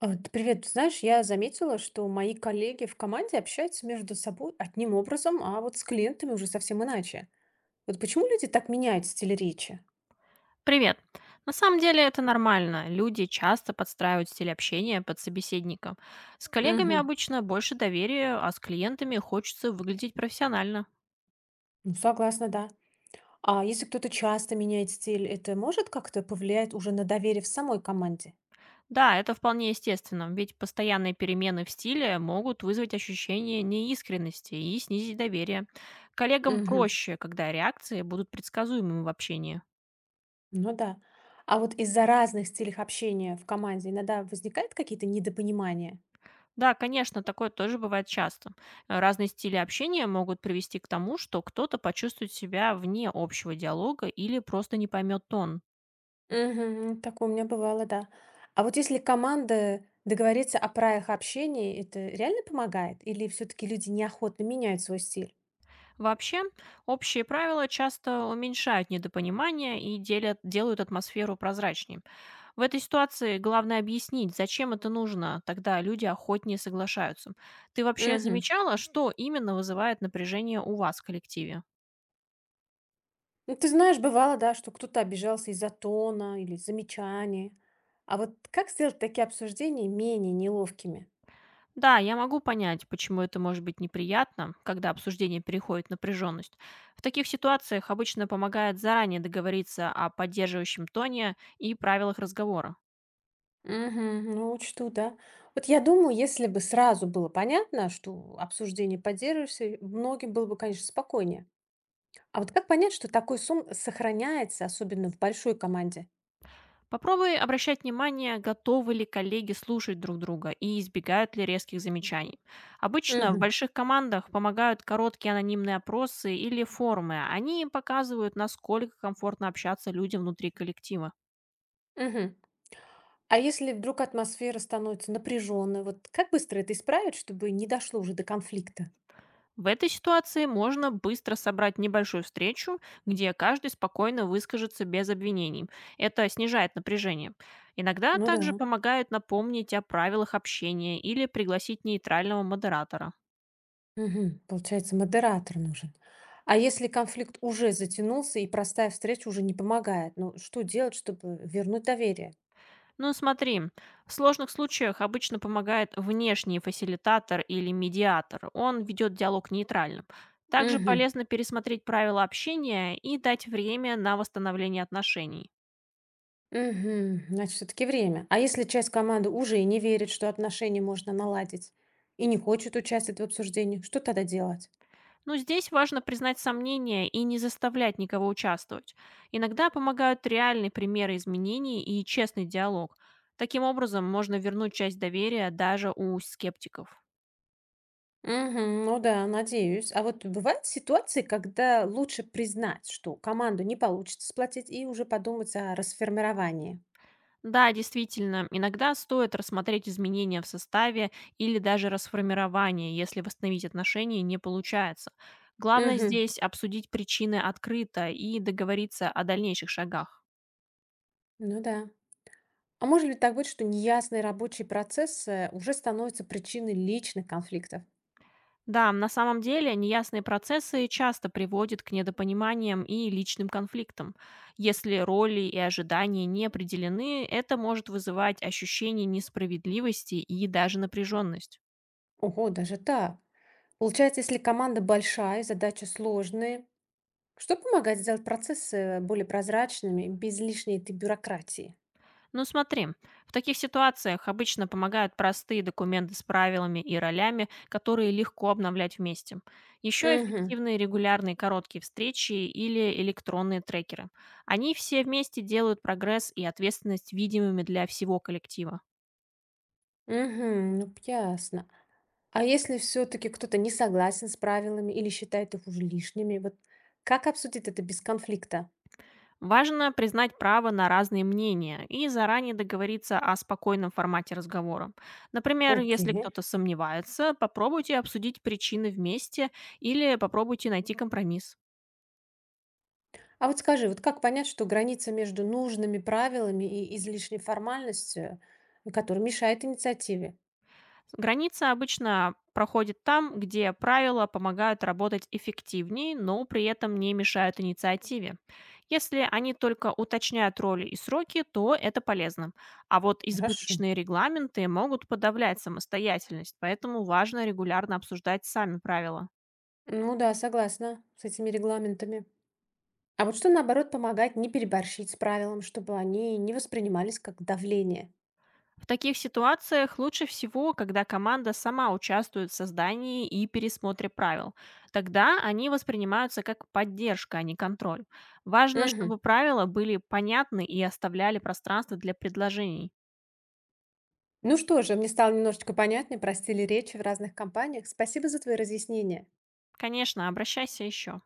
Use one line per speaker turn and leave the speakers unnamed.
А, т Привет, ты знаешь, я заметила, что мои коллеги в команде общаются между собой одним образом, а вот с клиентами уже совсем иначе. Вот почему люди так меняют стиль речи?
Привет. На самом деле это нормально. Люди часто подстраивают стиль общения под собеседника. С коллегами
Мгм.
обычно больше доверия, а с клиентами хочется выглядеть профессионально.
Ну, согласна, да. А если кто-то часто меняет стиль, это может как-то повлиять уже на доверие в самой команде?
Да, это вполне естественно, ведь постоянные перемены в стиле могут вызвать ощущение неискренности и снизить доверие. Коллегам
Мгм.
проще, когда реакции будут предсказуемыми в общении.
Ну да. А вот из-за разных стилей общения в команде иногда возникают какие-то недопонимания?
Да, конечно, такое тоже бывает часто. Разные стили общения могут привести к тому, что кто-то почувствует себя вне общего диалога или просто не поймет тон.
Мгм. Такое у меня бывало, да. А вот если команда договорится о правилах общения, это реально помогает? Или все-таки люди неохотно меняют свой стиль?
Вообще, общие правила часто уменьшают недопонимание и делают атмосферу прозрачней. В этой ситуации главное объяснить, зачем это нужно, тогда люди охотнее соглашаются. Ты вообще
Мгм.
замечала, что именно вызывает напряжение у вас в коллективе?
Ну, ты знаешь, бывало, да, что кто-то обижался из-за тона или замечания. А вот как сделать такие обсуждения менее неловкими?
Да, я могу понять, почему это может быть неприятно, когда обсуждение переходит в напряженность. В таких ситуациях обычно помогает заранее договориться о поддерживающем тоне и правилах разговора.
Мгм. Ну, учту, да. Вот я думаю, если бы сразу было понятно, что обсуждение поддерживаешься, многим было бы, конечно, спокойнее. А вот как понять, что такой сум сохраняется, особенно в большой команде?
Попробуй обращать внимание, готовы ли коллеги слушать друг друга и избегают ли резких замечаний. Обычно в
Мгм.
больших командах помогают короткие анонимные опросы или форумы. Они показывают, насколько комфортно общаться людям внутри коллектива.
Мгм. А если вдруг атмосфера становится напряженной, вот как быстро это исправить, чтобы не дошло уже до конфликта?
В этой ситуации можно быстро собрать небольшую встречу, где каждый спокойно выскажется без обвинений. Это снижает напряжение. Иногда
Ну да.
также помогает напомнить о правилах общения или пригласить нейтрального модератора.
Мгм. Получается, модератор нужен. А если конфликт уже затянулся и простая встреча уже не помогает, ну что делать, чтобы вернуть доверие?
Ну смотри, в сложных случаях обычно помогает внешний фасилитатор или медиатор. Он ведет диалог нейтральным. Также
Мгм.
полезно пересмотреть правила общения и дать время на восстановление отношений.
Мгм. Значит, все-таки время. А если часть команды уже не верит, что отношения можно наладить и не хочет участвовать в обсуждении, что тогда делать?
Но здесь важно признать сомнения и не заставлять никого участвовать. Иногда помогают реальные примеры изменений и честный диалог. Таким образом, можно вернуть часть доверия даже у скептиков.
Мгм. Ну да, надеюсь. А вот бывают ситуации, когда лучше признать, что команду не получится сплотить, и уже подумать о расформировании.
Да, действительно, иногда стоит рассмотреть изменения в составе или даже расформирование, если восстановить отношения не получается. Главное
Угу.
здесь обсудить причины открыто и договориться о дальнейших шагах.
Ну да. А может ли так быть, что неясные рабочие процессы уже становятся причиной личных конфликтов?
Да, на самом деле неясные процессы часто приводят к недопониманиям и личным конфликтам. Если роли и ожидания не определены, это может вызывать ощущение несправедливости и даже напряженность.
Ого, даже так. Получается, если команда большая, задачи сложные, что помогает сделать процессы более прозрачными, без лишней этой бюрократии?
Ну смотри, в таких ситуациях обычно помогают простые документы с правилами и ролями, которые легко обновлять вместе. Еще
Угу.
эффективные регулярные короткие встречи или электронные трекеры. Они все вместе делают прогресс и ответственность видимыми для всего коллектива.
Мгм. Ну, п ясно. А если все таки кто-то не согласен с правилами или считает их уже лишними, вот как обсудить это без конфликта?
Важно признать право на разные мнения и заранее договориться о спокойном формате разговора. Например, если
Окей.
кто-то сомневается, попробуйте обсудить причины вместе или попробуйте найти компромисс.
А вот скажи, вот как понять, что граница между нужными правилами и излишней формальностью, которая мешает инициативе?
Граница обычно проходит там, где правила помогают работать эффективнее, но при этом не мешают инициативе. Если они только уточняют роли и сроки, то это полезно. А вот
Хорошо.
избыточные регламенты могут подавлять самостоятельность, поэтому важно регулярно обсуждать сами правила.
Ну да, согласна с этими регламентами. А вот что, наоборот, помогает не переборщить с правилом, чтобы они не воспринимались как давление?
В таких ситуациях лучше всего, когда команда сама участвует в создании и пересмотре правил. Тогда они воспринимаются как поддержка, а не контроль. Важно,
Мгм.
чтобы правила были понятны и оставляли пространство для предложений.
Ну что же, мне стало немножечко понятнее про стили речи в разных компаниях. Спасибо за твои разъяснения.
Конечно, обращайся еще.